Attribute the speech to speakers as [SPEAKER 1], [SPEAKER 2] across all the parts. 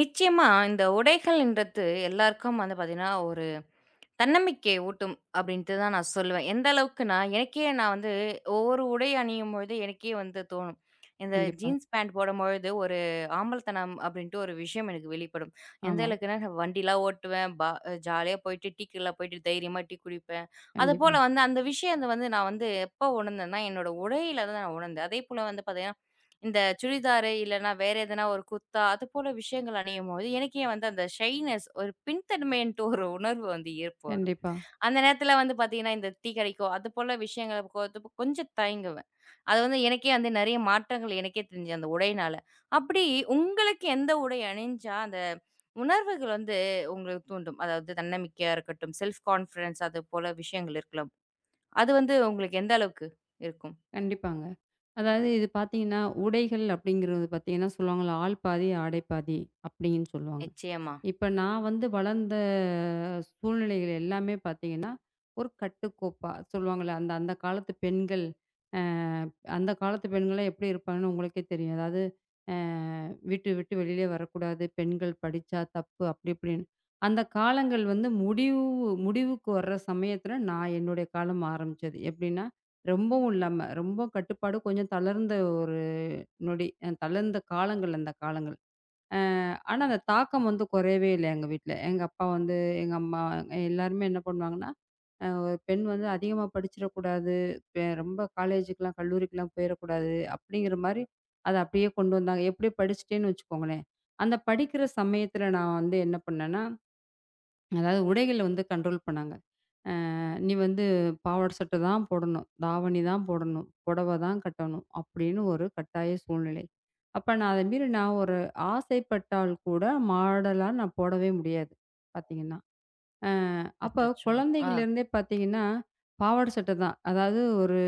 [SPEAKER 1] நிச்சயமா இந்த உடைகள்ன்றது எல்லாருக்கும் வந்து பார்த்தீங்கன்னா, ஒரு தன்னம்பிக்கை ஊட்டும் அப்படின்ட்டு தான் நான் சொல்லுவேன். எந்த அளவுக்குன்னா, எனக்கே நான் வந்து ஒவ்வொரு உடை அணியும்பொழுது எனக்கே வந்து தோணும். இந்த
[SPEAKER 2] கண்டிப்பா.
[SPEAKER 1] ஜீன்ஸ் பேண்ட் போடும்பொழுது ஒரு ஆம்பலத்தனம் அப்படின்ட்டு ஒரு விஷயம் எனக்கு வெளிப்படும். எந்த
[SPEAKER 2] ஆமா.
[SPEAKER 1] அளவுக்குன்னா, நான் வண்டிலாம் ஓட்டுவேன். ஜாலியா போயிட்டு டீ கடைலாம் போயிட்டு தைரியமா டீ குடிப்பேன். அதுபோல
[SPEAKER 2] கண்டிப்பா.
[SPEAKER 1] வந்து அந்த விஷயம் வந்து நான் வந்து எப்போ உணர்ந்தேன்னா, என்னோட உடையில தான் நான் உணர்ந்தேன். அதேபோல வந்து பார்த்தீங்கன்னா இந்த சுடிதாரு இல்லன்னா வேற எதனா ஒரு குர்த்தா, அதுபோல விஷயங்கள் அணியும்போது, எனக்கே வந்து அந்த ஷைனஸ் ஒரு பின்தன்மைன்ட்டு ஒரு உணர்வு வந்து ஏற்படும்.
[SPEAKER 2] கண்டிப்பா.
[SPEAKER 1] அந்த நேரத்துல வந்து பாத்தீங்கன்னா, இந்த டீ கடைக்கோ, அதுபோல விஷயங்களுக்கு போறதுக்கு கொஞ்சம் தயங்குவேன். அது வந்து எனக்கே வந்து நெறைய மாற்றங்கள் எனக்கே தெரிஞ்சது அந்த உடையினால. அப்படி உங்களுக்கு எந்த உடை அணிஞ்சா அந்த உணர்வுகள் வந்து உங்களுக்கு தூண்டும்? அதாவது தன்னம்பிக்கையா இருக்கட்டும், செல்ஃப் கான்ஃபிடன்ஸ் அது போல விஷயங்கள் இருக்கலாம். அது வந்து உங்களுக்கு எந்த அளவுக்கு இருக்கும்?
[SPEAKER 2] கண்டிப்பாங்க. அதாவது இது பார்த்தீங்கன்னா, உடைகள் அப்படிங்கிறது பார்த்தீங்கன்னா சொல்லுவாங்கல்ல, ஆள் பாதி, ஆடை பாதி அப்படின்னு சொல்லுவாங்க.
[SPEAKER 1] நிச்சயமா.
[SPEAKER 2] இப்ப நான் வந்து வளர்ந்த சூழ்நிலைகள் எல்லாமே பார்த்தீங்கன்னா, ஒரு கட்டுக்கோப்பா சொல்லுவாங்கல்ல, அந்த அந்த காலத்து பெண்கள், அ அந்த காலத்து பெண்கள்லாம் எப்படி இருப்பாங்கன்னு உங்களுக்கே தெரியும். அதாவது அ வீட்ட விட்டு வெளியிலே வரக்கூடாது, பெண்கள் படிச்சா தப்பு அப்படி இப்படின்னு. அந்த காலங்கள் வந்து முடிவுக்கு வர்ற சமயத்தில நான் என்னுடைய காலம் ஆரம்பிச்சது. எப்படின்னா, ரொம்பவும் இல்லாம, ரொம்ப கட்டுப்பாடு கொஞ்சம் தளர்ந்த ஒரு நொடி. தளர்ந்த காலங்கள் அந்த காலங்கள். ஆனா, அந்த தாக்கம் வந்து குறையவே இல்ல எங்க வீட்ல. எங்க அப்பா வந்து, எங்க அம்மா எல்லாருமே என்ன பண்ணுவாங்கன்னா, ஒரு பெண் வந்து அதிகமா படிச்சிடக்கூடாது, ரொம்ப காலேஜுக்குலாம், கல்லூரிக்குலாம் போயிறக்கூடாது அப்படிங்கிற மாரி அத அப்படியே கொண்டு வந்தாங்க. எப்படியோ படிச்சுட்டேன்னு வச்சுக்கோங்களேன். அந்த படிக்கிற சமயத்துல நான் வந்து என்ன பண்ணேன்னா, அதாவது உடைகள வந்து கண்ட்ரோல் பண்ணாங்க. நீ வந்து பாவாடை சட்டை தான் போடணும், தாவணி தான் போடணும், புடவை தான் கட்டணும் அப்படின்னு ஒரு கட்டாய சூழ்நிலை. அப்ப நான் அத மீறி நான் ஒரு ஆசைப்பட்டால் கூட மாடலா நான் போடவே முடியாது பார்த்தீங்கன்னா. அ அப்ப
[SPEAKER 1] அச்சச்சோ! ஆ.
[SPEAKER 2] குழந்தைகள்லேருந்தே பார்த்தீங்கன்னா, பாவாடை சட்டை தான். அதாவது ஒரு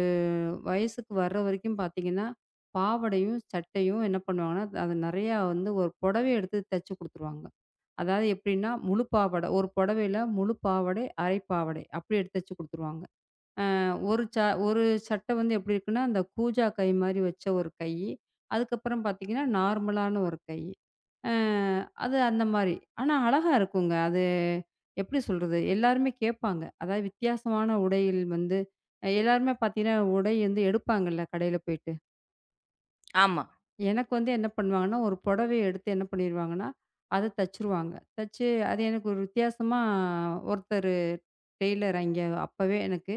[SPEAKER 2] வயசுக்கு வர்ற வரைக்கும் பார்த்தீங்கன்னா, பாவாடையும், சட்டையும் என்ன பண்ணுவாங்கன்னா, அது நெறையா வந்து ஒரு புடவைய எடுத்து தச்சு குடுத்துருவாங்க. அதாவது எப்படின்னா, முழு பாவாடை ஒரு புடவையில முழு பாவாடை, அரை பாவாடை அப்படி எடுத்து தச்சு குடுத்துருவாங்க. ஒரு ச ஒரு சட்டை வந்து எப்படி இருக்குன்னா, அந்த கூஜா கை மாரி வச்ச ஒரு கை. அதுக்கப்புறம் பார்த்தீங்கன்னா, நார்மலான ஒரு கை. அ அது அந்த மாரி. ஆனா அழகா இருக்குங்க. அது எப்படி சொல்றது? எல்லாருமே கேட்பாங்க. அதாவது வித்தியாசமான உடையில் வந்து எல்லாருமே பார்த்தீங்கன்னா, உடை வந்து எடுப்பாங்கல்ல கடையில போயிட்டு.
[SPEAKER 1] ஆமா.
[SPEAKER 2] எனக்கு வந்து என்ன பண்ணுவாங்கன்னா, ஒரு புடவைய எடுத்து என்ன பண்ணிருவாங்கன்னா, அத தச்சுருவாங்க. தச்சு அது எனக்கு ஒரு வித்தியாசமா ஒருத்தர் டெய்லர் அங்கே அப்பவே எனக்கு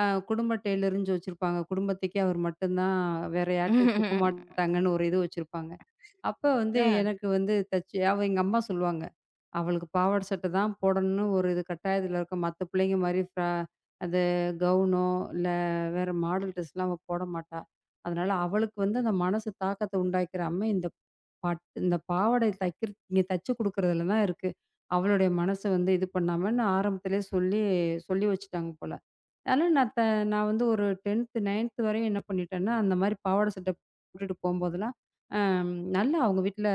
[SPEAKER 2] அ குடும்ப டெய்லருன்னு வச்சிருப்பாங்க. குடும்பத்துக்கே அவர் மட்டும் தான் வேற யார்ட்டயும் குடுக்க
[SPEAKER 1] ம்ஹ்ம்.
[SPEAKER 2] மாட்டாங்கன்னு ஒரு இது வச்சிருப்பாங்க. அப்ப வந்து
[SPEAKER 1] அ.
[SPEAKER 2] எனக்கு வந்து தச்சு அவ எங்க அம்மா சொல்லுவாங்க. "அவளுக்கு பாவாடை சட்டை தான் போடணும்னு ஒரு இது கட்டாயத்துல இருக்கா. மத்த பிள்ளைங்க மாரி அது கவுனோ, இல்ல வேற மாடல் ட்ரெஸ்லாம் அவ போட மாட்டா. அதனால அவளுக்கு வந்து அந்த மனசு தாக்கத்த உண்டாக்கிறாம, இந்த இந்த பாவாடை தைக்கிற நீங்க தச்சு குடுக்குறதுல தான் இருக்கு. அவளுடைய மனச வந்து இது பண்ணாமன்னு" ஆரம்பத்திலேயே சொல்லி சொல்லி வச்சுட்டாங்க போல. ஆனா, நான் வந்து ஒரு 10த், 9த் வரையும் என்ன பண்ணிட்டேன்னா, அந்த மாரி பாவாடை சட்டை போட்டுட்டு போம்போதெல்லாம், அம் நல்லா அவங்க வீட்ல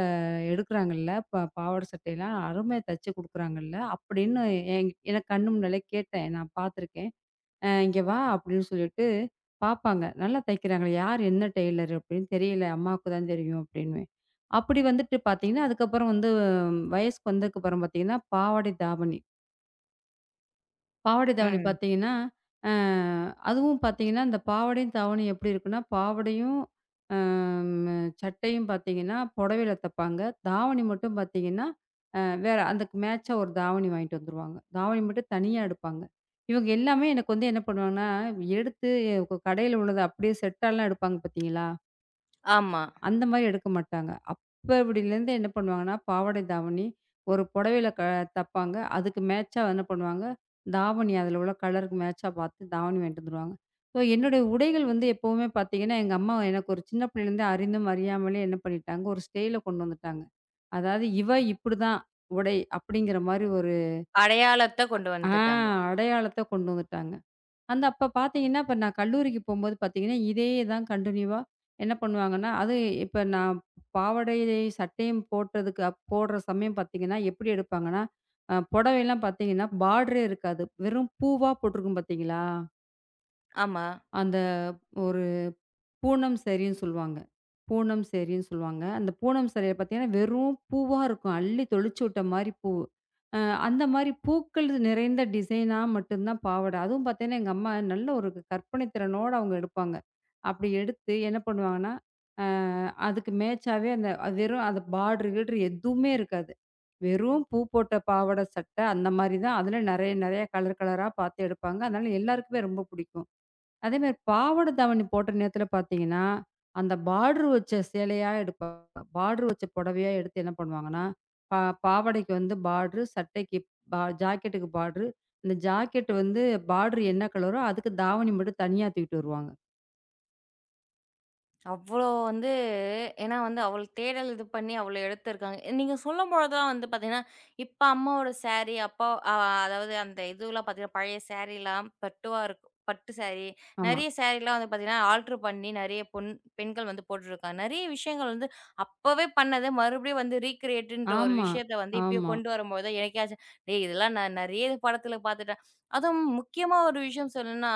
[SPEAKER 2] எடுக்குறாங்கல்ல, பாவாடை சட்டையெல்லாம் அருமையா தச்சு குடுக்குறாங்கல்ல, அப்படின்னு எனக்கு கண்ணு முன்னாலே கேட்டேன். நான் பார்த்துருக்கேன். "இங்க வா" அப்படின்னு சொல்லிட்டு பார்ப்பாங்க. நல்லா தைக்கிறாங்களே, யார் என்ன டெய்லர் அப்படின்னு தெரியல. அம்மாவுக்கு தான் தெரியும் அப்படின்னுவேன். அப்படி வந்துட்டு பார்த்தீங்கன்னா, அதுக்கப்புறம் வந்து வயசுக்கு வந்ததுக்கப்புறம் பார்த்தீங்கன்னா, பாவாடை தாவணி. பாவாடை தாவணி
[SPEAKER 1] ம்.
[SPEAKER 2] பார்த்தீங்கன்னா, அ அதுவும் பார்த்தீங்கன்னா, இந்த பாவாடையும் தாவணியும் எப்படி இருக்குன்னா, பாவாடையும் அ ம சட்டையும் பார்த்தீங்கன்னா, புடவையில தைப்பாங்க. தாவணி மட்டும் பார்த்தீங்கன்னா, அ வேற அதுக்கு மேட்சா ஒரு தாவணி வாங்கிட்டு வந்துருவாங்க. தாவணி மட்டும் தனியா எடுப்பாங்க. இவங்க எல்லாமே எனக்கு வந்து என்ன பண்ணுவாங்கன்னா, எடுத்து கடையில உள்ளத அப்படியே செட்டாலாம் எடுப்பாங்க பார்த்தீங்களா?
[SPEAKER 1] ஆமா.
[SPEAKER 2] அந்த மாரி எடுக்க மாட்டாங்க. அப்ப இப்டிலேருந்து என்ன பண்ணுவாங்கன்னா, பாவாடை, தாவணி ஒரு புடவையில தப்பாங்க. அதுக்கு மேட்சா என்ன பண்ணுவாங்க, தாவணி அதில உள்ள கலருக்கு மேட்சா பார்த்து தாவணி வாங்கிட்டு வந்துருவாங்க. ஸோ என்னுடைய உடைகள் வந்து எப்பவுமே பார்த்தீங்கன்னா, எங்க அம்மா எனக்கு ஒரு சின்ன பிள்ளையிலேருந்தே அறிந்தும் அறியாமலே என்ன பண்ணிட்டாங்க, ஒரு ஸ்டைல கொண்டு வந்துட்டாங்க. அதாவது இவ இப்டிதான் உடை அப்டிங்கிற மாரி ஒரு
[SPEAKER 1] அடையாளத்த கொண்டு
[SPEAKER 2] ஆ
[SPEAKER 1] வந்துட்டாங்க.
[SPEAKER 2] அடையாளத்த கொண்டு வந்துட்டாங்க. அந்த அப்ப பார்த்தீங்கன்னா, இப்ப நான் கல்லூரிக்கு போம்போது பார்த்தீங்கன்னா, இதே தான் கன்டினியூவா என்ன பண்ணுவாங்கன்னா, அது இப்ப நான் பாவாடை, சட்டையும் போட்டதுக்கு போடுற சமயம் பார்த்தீங்கன்னா, எப்படி எடுப்பாங்கன்னா, புடவைலாம் பார்த்தீங்கன்னா பார்டரே இருக்காது. வெறும் பூவா போட்டிருக்கும் பார்த்தீங்களா?
[SPEAKER 1] ஆமா.
[SPEAKER 2] அந்த ஒ பூனம் சாரின்னு சொல்லுவாங்க. பூனம் சாரின்னு சொல்லுவாங்க. அந்த பூனம் சாரியில பார்த்தீங்கன்னா, வெறும் பூவா இருக்கும். அள்ளி தொளிச்சு விட்ட மாரி பூ. அ அந்த மாரி பூக்கள் நிறைந்த டிசைனா மட்டும் தான் பாவாடை. அதுவும் பார்த்தீங்கன்னா, எங்க அம்மா நல்ல ஒரு கற்பனை திறனோட அவங்க எடுப்பாங்க. அப்படி எடுத்து என்ன பண்ணுவாங்கன்னா, அ அதுக்கு மேட்சாவே அந்த அது வெறும் அந்த பார்டர் கீர்டர் எதுவுமே இருக்காது. வெறும் பூ போட்ட பாவாடை சட்டை அந்த மாரி தான். அதில நெறைய நெறைய கலர் கலரா பார்த்து எடுப்பாங்க. அதனால எல்லாருக்குமே ரொம்ப பிடிக்கும். அதே மாரி பாவாட தாவணி போட்ட நேரத்துல பார்த்தீங்கன்னா, அந்த பார்டர் வச்ச சேலையா எடுப்பாங்க. பார்டர் வச்ச புடவையா எடுத்து என்ன பண்ணுவாங்கன்னா, பா பாவாடைக்கு வந்து பார்டரு, சட்டைக்கு ஜாக்கெட்டுக்கு பார்டரு. இந்த ஜாக்கெட் வந்து பார்டரு என்ன கலரோ, அதுக்கு தாவணி மட்டும் தனியா தூக்கிட்டு வருவாங்க.
[SPEAKER 1] அவ்வளோ வந்து ஏன்னா வந்து அவள் தேடல் இது பண்ணி அவ்வளோ எடுத்திருக்காங்க. நீங்க சொல்லும்பொழுது தான் வந்து பார்த்தீங்கன்னா, இப்ப அம்மாவோட சாரி, அப்பா அ அதாவது அந்த இதுலாம் பார்த்தீங்கன்னா, பழைய சாரிலாம் பட்டுவா இருக்கும். பட்டு சாரி,
[SPEAKER 2] ஆமா.
[SPEAKER 1] நெறைய சாரிலாம் வந்து பார்த்தீங்கன்னா, ஆல்டர் பண்ணி நெறைய பெண்கள் வந்து போட்டுருக்காங்க. நெறைய விஷயங்கள் வந்து அப்பவே பண்ணது மறுபடியும் வந்து ரீகிரியேட்ன்ற ஒரு
[SPEAKER 2] ஆமா,
[SPEAKER 1] விஷயத்த வந்து இப்பயும்
[SPEAKER 2] ஆமா,
[SPEAKER 1] கொண்டு வரும்போது தான் எனக்கே ஆச்சு. டேய் இதெல்லாம் நான் நெறைய படத்துல பார்த்துட்டேன். அதுவும் முக்கியமா ஒரு விஷயம் சொல்லணும்னா,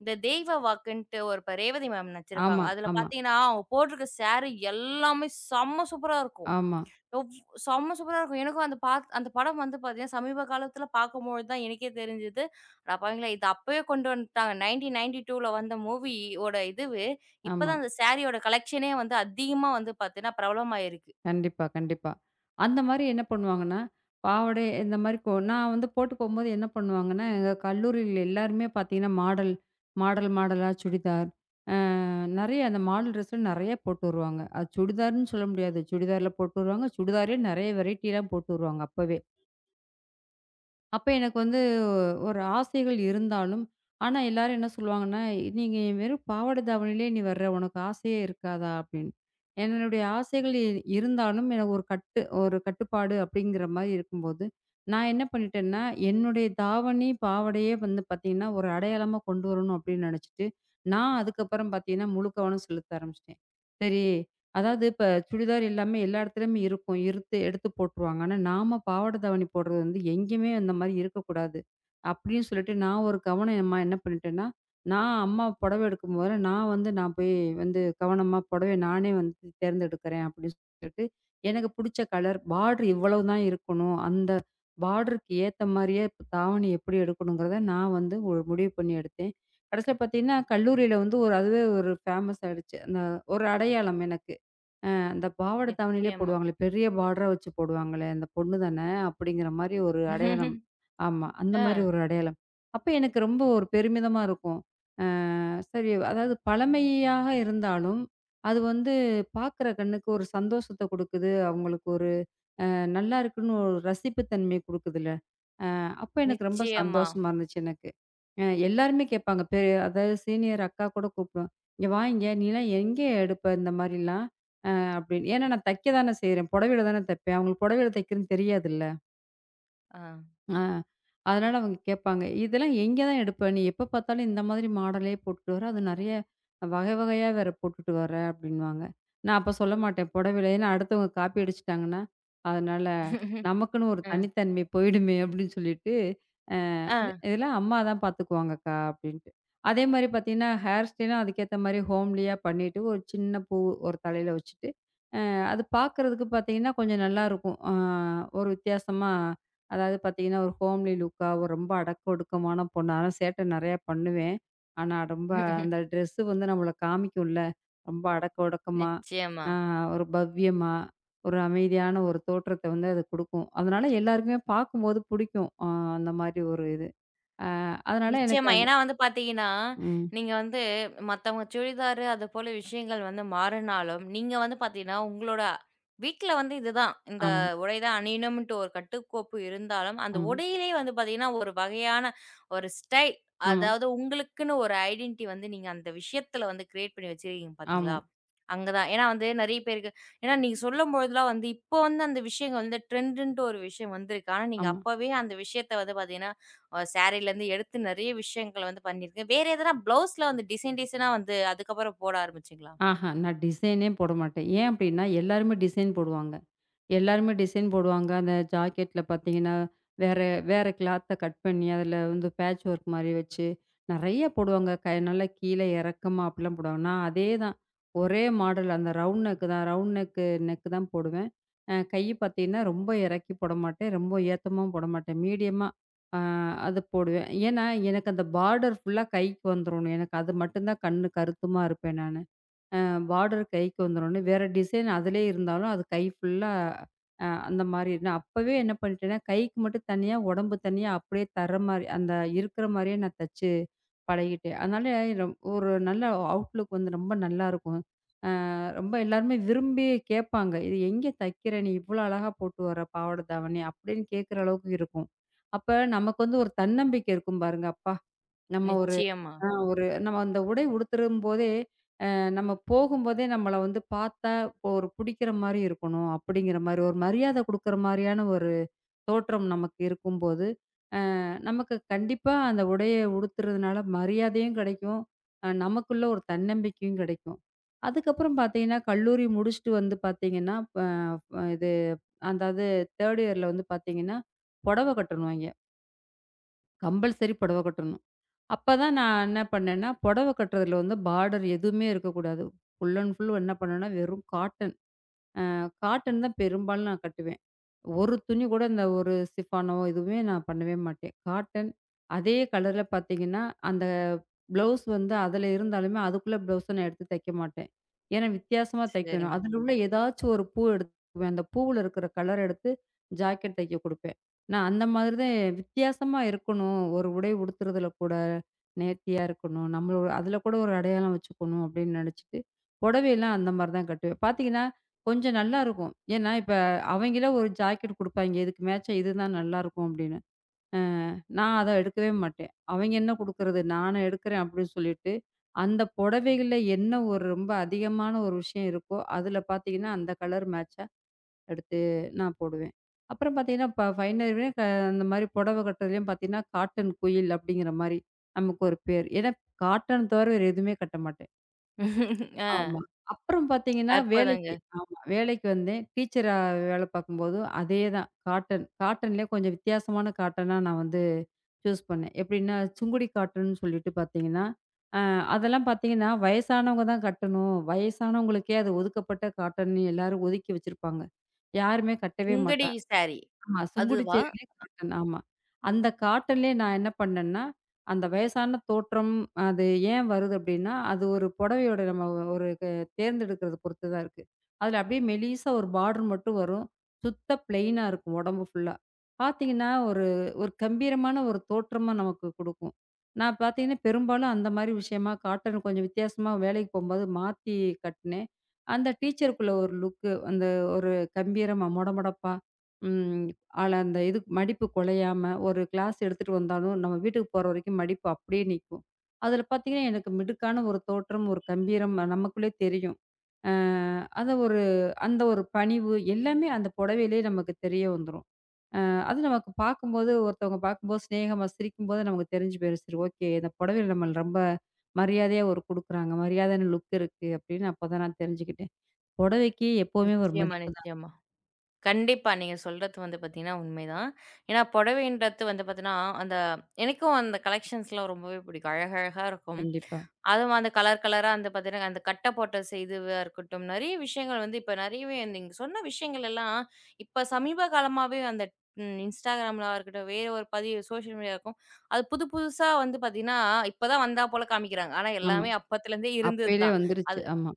[SPEAKER 1] இந்த தெய்வ வாக்குன்ட்டு ஒரு ரேவதி மேம் நடிச்சிருப்பாங்க.
[SPEAKER 2] ஆமா,
[SPEAKER 1] அதுல
[SPEAKER 2] ஆமா,
[SPEAKER 1] பாத்தீங்கன்னா, அவங்க போட்டிருக்க சாரி எல்லாமே செம்ம சூப்பரா இருக்கும்.
[SPEAKER 2] ஆமா,
[SPEAKER 1] எவ் செம்ம சூப்பரா இருக்கும். எனக்கும் அந்த படம் வந்து பாத்தீங்கன்னா, சமீப காலத்துல பாக்கும்பொழுது தான் எனக்கே தெரிஞ்சது. அடப்பாவிங்களா! இது அப்பவே கொண்டு வந்துட்டாங்க. 1992ல வந்த மூவி ஓட இதுவு,
[SPEAKER 2] ஆமா, ஆமா.
[SPEAKER 1] இப்பதான் அந்த சாரியோட கலெக்ஷனே வந்து அதிகமா வந்து பாத்தீங்கன்னா, பிரபலமாயிருக்கு.
[SPEAKER 2] கண்டிப்பா, கண்டிப்பா. அந்த மாரி என்ன பண்ணுவாங்கன்னா, பாவாடை இந்த மாரி நான் வந்து போட்டு போம்போது என்ன பண்ணுவாங்கன்னா, எங்க கல்லூரியில எல்லாருமே பார்த்தீங்கன்னா, மாடல் மாடல் மாடலா சுடிதார். அ நெறைய அந்த மாடல் ட்ரெஸ்ல நெறைய போட்டு வருவாங்க. அது சுடிதார்ன்னு சொல்ல முடியாது. சுடிதார்ல போட்டு வருவாங்க. சுடிதார்லயே நெறைய வெரைட்டிலாம் போட்டு வருவாங்க அப்பவே. அப்ப எனக்கு வந்து ஒரு ஆசைகள் இருந்தாலும், ஆனா எல்லாரும் என்ன சொல்லுவாங்கன்னா, "நீங்க வெறும் பாவாடை தாவணியிலே நீ வர்ற, உனக்கு ஆசையே இருக்காதா?" அப்படின்னு. என்னுடைய ஆசைகள் இருந்தாலும் எனக்கு ஒரு கட்டுப்பாடு அப்படிங்கிற மாரி இருக்கும்போது, நான் என்ன பண்ணிட்டேன்னா, என்னுடைய தாவணி, பாவாடையே வந்து பார்த்தீங்கன்னா, ஒரு அடையாளமா கொண்டு வரணும் அப்படின்னு நெனச்சுட்டு, நான் அதுக்கப்புறம் பார்த்தீங்கன்னா, முழு கவனம் செலுத்த ஆரம்பிச்சுட்டேன். சரி அதாவது இப்ப சுடிதார் எல்லாமே எல்லா இடத்துலயுமே இருக்கும். இருத்து எடுத்து போட்டுருவாங்க. ஆனா, நாம பாவாடை தாவணி போடுறது வந்து எங்கேயுமே அந்த மாரி இருக்கக்கூடாது. அப்படின்னு சொல்லிட்டு நான் ஒரு கவனமா என்ன பண்ணிட்டேன்னா, நான் அம்மா புடவ எடுக்கும் போது நான் வந்து நான் போய் வந்து கவனமா புடவைய நானே வந்து தேர்ந்தெடுக்கிறேன் அப்படின்னு சொல்லிட்டு, எனக்கு புடிச்ச கலர் பார்டர் இவ்வளவு தான் இருக்கணும். அந்த பார்டருக்கு ஏத்த மாரியே தாவணி எப்படி எடுக்கணுங்கிறத நான் வந்து ஒரு முடிவு பண்ணி எடுத்தேன். கடைசியில பார்த்தீங்கன்னா, கல்லூரியில வந்து ஒரு அதுவே ஒரு ஃபேமஸ் ஆயிடுச்சு. அந்த ஒரு அடையாளம் எனக்கு. அந்த பாவாடை தாவணியிலே
[SPEAKER 1] நிச்சயமா.
[SPEAKER 2] போடுவாங்களே, பெரிய பார்டரா வச்சு போடுவாங்களே, அந்த பொண்ணு தானே அப்படிங்கிற மாரி ஒரு அடையாளம். ஆமா. அந்த
[SPEAKER 1] ஆ,
[SPEAKER 2] மாரி ஒரு அடையாளம். அப்ப எனக்கு ரொம்ப ஒரு பெருமிதமா இருக்கும். அ சரி அதாவது பழமையாக இருந்தாலும், அது வந்து பார்க்குற கண்ணுக்கு ஒரு சந்தோஷத்த குடுக்குது. அவங்களுக்கு ஒரு நல்லா இருக்குன்னு ஒரு ரசிப்பு தன்மைய குடுக்குதுல்ல. அப்ப எனக்கு ரொம்ப
[SPEAKER 1] நிச்சயமா.
[SPEAKER 2] சந்தோஷமா இருந்துச்சு எனக்கு. எல்லாருமே கேட்பாங்க. அதாவது சீனியர் அக்கா கூட கூப்பிடும். "இங்க வாயேங்க, நீலாம் எங்கே எடுப்ப இந்த மாரிலாம்?" அப்படின்னு. ஏன்னா நான் தைக்க தானே செய்றேன். புடவையில தானே தைப்பேன். அவங்களுக்கு புடவையில தைக்கிறதுன்னு தெரியாதுல்ல.
[SPEAKER 1] ஆ.
[SPEAKER 2] ஆ. அதனால அவங்க கேட்பாங்க. "இதெல்லாம் எங்கே தான் எடுப்ப? நீ எப்ப பார்த்தாலும் இந்த மாதிரி மாடலே போட்டுட்டு வர. அது நெறைய வகை வகையா வேற போட்டுட்டு வர" அப்படின்னுவாங்க. நான் அப்ப சொல்ல மாட்டேன் புடவையில. ஏன்னா அடுத்தவங்க காப்பி அடிச்சுட்டாங்கன்னா, அதனால நமக்குன்னு ஒரு
[SPEAKER 1] அ.
[SPEAKER 2] தனித்தன்மை போயிடுமே அப்படின்னு சொல்லிட்டு, அ
[SPEAKER 1] ஆ.
[SPEAKER 2] "இது இதெல்லாம் அம்மா தான் பார்த்துக்குவாங்கக்கா" அப்படின்ட்டு. அதே மாரி பார்த்தீங்கன்னா, ஹேர் ஸ்டைலும் அதுக்கேத்த மாரி ஹோம்லியா பண்ணிட்டு, ஒரு சின்ன பூ ஒரு தலையில வச்சுட்டு அது பார்க்கறதுக்கு பார்த்தீங்கன்னா, கொஞ்சம் நல்லாருக்கும். ஒரு வித்தியாசமா, அதாவது பார்த்தீங்கன்னா, ஒரு ஹோம்லி லுக்கா, ஒரு ரொம்ப அடக்க ஒடுக்கமான பொண்ணு. ஆனா சேட்டை நெறையா பண்ணுவேன். ஆனா ரொம்ப அந்த ட்ரெஸ்ஸு வந்து நம்மள காமிக்கும்ல. ரொம்ப அடக்க ஒடுக்கமா,
[SPEAKER 1] நிச்சயமா.
[SPEAKER 2] ஆ ஒரு பவ்யமா, ஒரு அமைதியான ஒரு தோற்றத்த வந்து அது குடுக்கும். அதனால எல்லாருக்குமே பார்க்கும்போது புடிக்கும். அந்த மாரி ஒரு இது. ஆ அதனால எனக்கு
[SPEAKER 1] நிச்சயமா.
[SPEAKER 2] அது
[SPEAKER 1] ஏன்னா வந்து பார்த்தீங்கன்னா,
[SPEAKER 2] ம்.
[SPEAKER 1] நீங்க வந்து மத்தவங்க சுடிதார் அது போல விஷயங்கள் வந்து மாறுனாலும், நீங்க வந்து பார்த்தீங்கன்னா, உங்களோட வீட்ல வந்து இதுதான். இந்த
[SPEAKER 2] ஆமா,
[SPEAKER 1] உடை தான் அணியணும்ன்ட்டு ஒரு கட்டுக்கோப்பு இருந்தாலும், அந்த
[SPEAKER 2] ஆமா,
[SPEAKER 1] உடையிலே வந்து பார்த்தீங்கன்னா, ஒரு வகையான ஒரு ஸ்டைல்.
[SPEAKER 2] ஆமா,
[SPEAKER 1] அதாவது உங்களுக்குன்னு ஒரு ஐடென்டிட்டி வந்து நீங்க அந்த விஷயத்துல வந்து கிரியேட் பண்ணி வச்சிருக்கீங்க
[SPEAKER 2] ஆமா,
[SPEAKER 1] பார்த்தீங்களா? அங்க தான். ஏன்னா வந்து நெறைய பேருக்கு ஏன்னா நீங்க சொல்லும்பொழுதெல்லாம் வந்து இப்போ வந்து அந்த விஷயங்கள் வந்து ட்ரெண்டுன்ட்டு ஒரு விஷயம் வந்திருக்கு. ஆனா நீங்க
[SPEAKER 2] ஆமா.
[SPEAKER 1] அப்பவே அந்த விஷயத்த வந்து பார்த்தீங்கன்னா சாரீலேருந்து எடுத்து நெறைய விஷயங்கள வந்து பண்ணியிருக்கேன். வேற எதனா ப்ளவுஸ்ல வந்து டிசைன் டிசைனா வந்து அதுக்கப்புறம் போட ஆரம்பிச்சீங்களா?
[SPEAKER 2] ஆஹா! நான் டிசைனே போட மாட்டேன். ஏன் அப்டின்னா, எல்லாருமே டிசைன் போடுவாங்க. எல்லாருமே டிசைன் போடுவாங்க. அந்த ஜாக்கெட்ல பார்த்தீங்கன்னா, வேற வேற கிளாத்த கட் பண்ணி, அதில வந்து பேட்ச் ஒர்க் மாரி வச்சு, நெறைய போடுவாங்க. க நல்லா கீழ இறக்கமா அப்படிலாம் போடுவாங்க. நான் அதே தான். ஒரே மாடல் அந்த ரவுண்ட் நெக் தான். ரவுண்ட் நெக் தான் போடுவேன். கை பார்த்தீங்கன்னா, ரொம்ப இறக்கி போட மாட்டேன். ரொம்ப ஏத்தமாவும் போட மாட்டேன். மீடியமா அ அது போடுவேன். ஏன்னா, எனக்கு அந்த பார்டர் ஃபுல்லா கைக்கு வந்துரணும். எனக்கு அது மட்டும் தான் கண்ணு கருத்துமா இருப்பேன் நானு. பார்டர் கைக்கு வந்துரோன்னு, வேற டிசைன் அதிலேயே இருந்தாலும், அது கை ஃபுல்லா அந்த மாரி நான் அப்பவே என்ன பண்ணிட்டேன்னா, கைக்கு மட்டும் தனியா, உடம்பு தனியா அப்படியே தர்ற மாரி, அந்த இருக்கிற மாரியே நான் தச்சு பழகிட்டேன். அதனால ஒரு நல்ல அவுட்லுக் வந்து ரொம்ப நல்லாருக்கும். ரொம்ப எல்லாருமே விரும்பி கேட்பாங்க. "இது எங்கே தைக்கிற? நீ இவ்வளோ அழகா போட்டு வர பாவாடை, தாவணி" அப்படின்னு கேட்கிற அளவுக்கு இருக்கும். அப்ப நமக்கு வந்து ஒரு தன்னம்பிக்கை இருக்கும் பாருங்க, "அப்பா! நம்ம ஒரு"
[SPEAKER 1] நிச்சயமா.
[SPEAKER 2] ஒரு நம்ம அந்த உடை உடுத்துரும்போதே நம்ம போகும்போதே நம்மள வந்து பார்த்தா இப்போ ஒரு பிடிக்கிற மாரி இருக்கணும். அப்படிங்கிற மாரி ஒரு மரியாதை குடுக்குற மாரியான ஒரு தோற்றம் நமக்கு இருக்கும்போது, நமக்கு கண்டிப்பா அந்த உடைய உடுத்துறதுனால மரியாதையும் கிடைக்கும். நமக்குள்ள ஒரு தன்னம்பிக்கையும் கிடைக்கும். அதுக்கப்புறம் பார்த்தீங்கன்னா, கல்லூரி முடிச்சுட்டு வந்து பார்த்தீங்கன்னா, ப அ இது அதாவது 3 இயர்ல வந்து பார்த்தீங்கன்னா, புடவை கட்டணும்ங்க. கம்பல்சரி புடவை கட்டணும். அப்பதான் நான் என்ன பண்ணேன்னா, புடவ கட்டுறதுல வந்து பார்டர் எதுவுமே இருக்கக்கூடாது. ஃபுல் அண்ட் ஃபுல் என்ன பண்ணேன்னா, வெறும் காட்டன். அ காட்டன் தான் பெரும்பாலும் நான் கட்டுவேன். ஒரு துணி கூட இந்த ஒரு சிஃபானோ இதுவுமே நான் பண்ணவே மாட்டேன். காட்டன் அதே கலர்ல பார்த்தீங்கன்னா, அந்த ப்ளவுஸ் வந்து அதில இருந்தாலுமே அதுக்குள்ள ப்ளவுஸ நான் எடுத்து தைக்க மாட்டேன். ஏன்னா வித்தியாசமா தைக்கணும்.
[SPEAKER 1] சரிங்க.
[SPEAKER 2] அதில உள்ள ஏதாச்சும் ஒரு பூ எடுத்துக்குவேன். அந்த பூவுல இருக்கிற கலர் எடுத்து ஜாக்கெட் தைக்க குடுப்பேன். நான் அந்த மாதிரி தான் வித்தியாசமா இருக்கணும். ஒரு உடை உடுத்துறதுல கூட நேர்த்தியா இருக்கணும். நம்மளோ அதில கூட ஒரு அடையாளம் வச்சுக்கணும் அப்படின்னு நினச்சிட்டு, புடவையெல்லாம் அந்த மாரி தான் கட்டுவேன். பார்த்தீங்கன்னா, கொஞ்சம் நல்லாருக்கும். ஏன்னா இப்ப அவங்களே ஒரு ஜாக்கெட் குடுப்பாய்ங்க. இதுக்கு மேட்சா இதுதான் நல்லாருக்கும் அப்படின்னு. நான் அத எடுக்கவே மாட்டேன். அவங்க என்ன குடுக்கறது? நானே எடுக்கிறேன் அப்படின்னு சொல்லிட்டு, அந்த புடவைகள்ல என்ன ஒரு ரொம்ப அதிகமான ஒரு விஷயம் இருக்கோ, அதுல பார்த்தீங்கன்னா, அந்த கலர் மேட்சா எடுத்து நான் போடுவேன். அப்புறம் பார்த்தீங்கன்னா, ஃபைனல் வரையும் அந்த மாரி புடவ கட்டுறதுலயும் பார்த்தீங்கன்னா, காட்டன் குயில் அப்படிங்கிற மாரி நமக்கு ஒரு பேர். ஏன்னா காட்டன் தவிர வேற எதுவுமே கட்ட மாட்டேன்.
[SPEAKER 1] ஆ
[SPEAKER 2] ஆமா. அப்புறம் பார்த்தீங்கன்னா, வேலைக்கு
[SPEAKER 1] அற்புதங்க.
[SPEAKER 2] ஆமா. வேலைக்கு வந்தேன். டீச்சரா வேலை பார்க்கும்போது அதே தான். காட்டன். காட்டன்லேயே கொஞ்சம் வித்தியாசமான காட்டனா நான் வந்து சூஸ் பண்ணேன். எப்படின்னா, சுங்குடி காட்டன்னு சொல்லிட்டு பார்த்தீங்கன்னா, அ அதெல்லாம் பார்த்தீங்கன்னா, வயசானவங்க தான் கட்டணும். வயசானவங்களுக்கே அது ஒதுக்கப்பட்ட காட்டன்னு எல்லாரும் ஒதுக்கி வச்சிருப்பாங்க. யாருமே கட்டவே
[SPEAKER 1] சுங்கடி
[SPEAKER 2] மாட்டாங்க.
[SPEAKER 1] சாரி.
[SPEAKER 2] ஆமா.
[SPEAKER 1] அதுவா?
[SPEAKER 2] சுங்குடிச்சேரியிலே காட்டன். ஆமா. அந்த காட்டன்லயே நான் என்ன பண்ணேன்னா, அந்த வயசான தோற்றம் அது ஏன் வருது அப்டின்னா, அது ஒரு புடவையோட நம்ம ஒரு தேர்ந்தெடுக்கிறத பொறுத்து தான் இருக்கு. அதில அப்டியே மெலிசா ஒரு பார்டர் மட்டும் வரும். சுத்த பிளெயினா இருக்கும் உடம்பு ஃபுல்லா. பார்த்தீங்கன்னா, ஒரு ஒரு கம்பீரமான ஒரு தோற்றமா நமக்கு குடுக்கும். நான் பார்த்தீங்கன்னா, பெரும்பாலும் அந்த மாரி விஷயமா காட்டன் கொஞ்சம் வித்தியாசமா வேலைக்கு போம்போது மாத்தி கட்னேன். அந்த டீச்சருக்குள்ள ஒரு லுக்கு அந்த ஒரு கம்பீரமா மொடமொடப்பா, ம் ஆள அந்த இது மடிப்பு குலையாம, ஒரு கிளாஸ் எடுத்துட்டு வந்தாலும், நம்ம வீட்டுக்கு போற வரைக்கும் மடிப்பு அப்படியே நிக்கும். அதுல பார்த்தீங்கன்னா, எனக்கு மிடுக்கான ஒரு தோற்றம், ஒரு கம்பீரம் நமக்குள்ளே தெரியும். அ அத ஒரு ஒரு பணிவு எல்லாமே அந்த புடவையிலேயே நமக்கு தெரிய வந்துரும். அது நமக்கு பார்க்கும்போது ஒருத்தவங்க பார்க்கும்போது சிநேகமா சிரிக்கும்போது நமக்கு தெரிஞ்சு போயிரும். சரி ஓகே இந்த புடவையில நம்ம ரொம்ப மரியாதையா ஒரு குடுக்குறாங்க. மரியாதையான லுக் இருக்கு அப்படின்னு அப்பதான் நான் தெரிஞ்சுக்கிட்டேன். புடவைக்கு எப்பவுமே ஒரு
[SPEAKER 1] நிச்சயமா,
[SPEAKER 2] மதிப்பு தான்.
[SPEAKER 1] நிச்சயமா. கண்டிப்பா. நீங்க சொல்றது வந்து பார்த்தீங்கன்னா உண்மைதான். ஏன்னா புடவைன்றது வந்து பார்த்தீங்கன்னா, அந்த எனக்கும் அந்த கலெக்ஷன்ஸ்லாம் ரொம்பவே பிடிக்கும். அழகழகா இருக்கும்.
[SPEAKER 2] கண்டிப்பா.
[SPEAKER 1] அதுவும் அந்த கலர் கலரா அந்த பார்த்தீங்கன்னா, அந்த கட்டை போட்ட செய்துவா இருக்கட்டும், நெறைய விஷயங்கள் வந்து இப்ப நெறையவே நீங்க சொன்ன விஷயங்கள் எல்லாம் இப்ப சமீப காலமாவே அந்த ம் இன்ஸ்டாகிராம்ல இருக்கட்டும், வேற ஒரு பதிவு சோசியல் மீடியா இருக்கும். அது புது புதுசா வந்து பார்த்தீங்கன்னா, இப்ப தான் வந்தா போல காமிக்கிறாங்க. ஆனா
[SPEAKER 2] ஆமா.
[SPEAKER 1] எல்லாமே அப்பத்துலேருந்தே இருந்தது
[SPEAKER 2] அப்பயிலே
[SPEAKER 1] தான்.
[SPEAKER 2] வந்துருச்சு. ஆமா.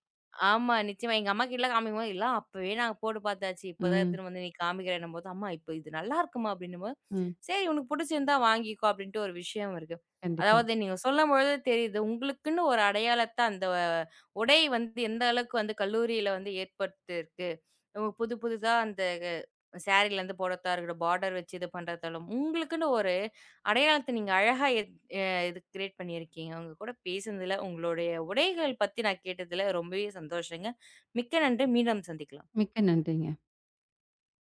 [SPEAKER 1] ஆமா. நிச்சயமா. எங்க அம்மாகிட்டலாம் காமிக்கும்போது, "எல்லாம் அப்பவே நாங்க போட்டு பார்த்தாச்சு. இப்பதான்
[SPEAKER 2] ம்.
[SPEAKER 1] எடுத்துன்னு வந்து நீ காமிக்கிறேன்னும்போது, "அம்மா இப்ப இது நல்லாயிருக்குமா?" அப்படின்னும்போது,
[SPEAKER 2] ம்.
[SPEAKER 1] "சரி உனக்கு புடிச்சிருந்தா வாங்கிக்கோ" அப்படின்ட்டு ஒரு விஷயம் இருக்கு.
[SPEAKER 2] கண்டிப்பா.
[SPEAKER 1] அதாவது நீங்க சொல்லும்பொழுது தெரியுது. உங்களுக்குன்னு ஒரு அடையாளத்த அந்த உடை வந்து எந்த அளவுக்கு வந்து கல்லூரியில வந்து ஏற்படுத்தியிருக்கு. புது புதுசா அந்த சாரிலருந்து போடுறதா இருக்கட்டும், பார்டர் வச்சு இது பண்றதாலும், உங்களுக்குன்னு ஒரு அடையாளத்த நீங்க அழகா அ இது கிரியேட் பண்ணியிருக்கீங்க. உங்க கூட பேசினதுல, உங்களுடைய உடைகள் பத்தி நான் கேட்டதுல ரொம்பவே சந்தோஷங்க. மிக்க நன்றி. மீண்டும் சந்திக்கலாம்.
[SPEAKER 2] மிக்க நன்றிங்க.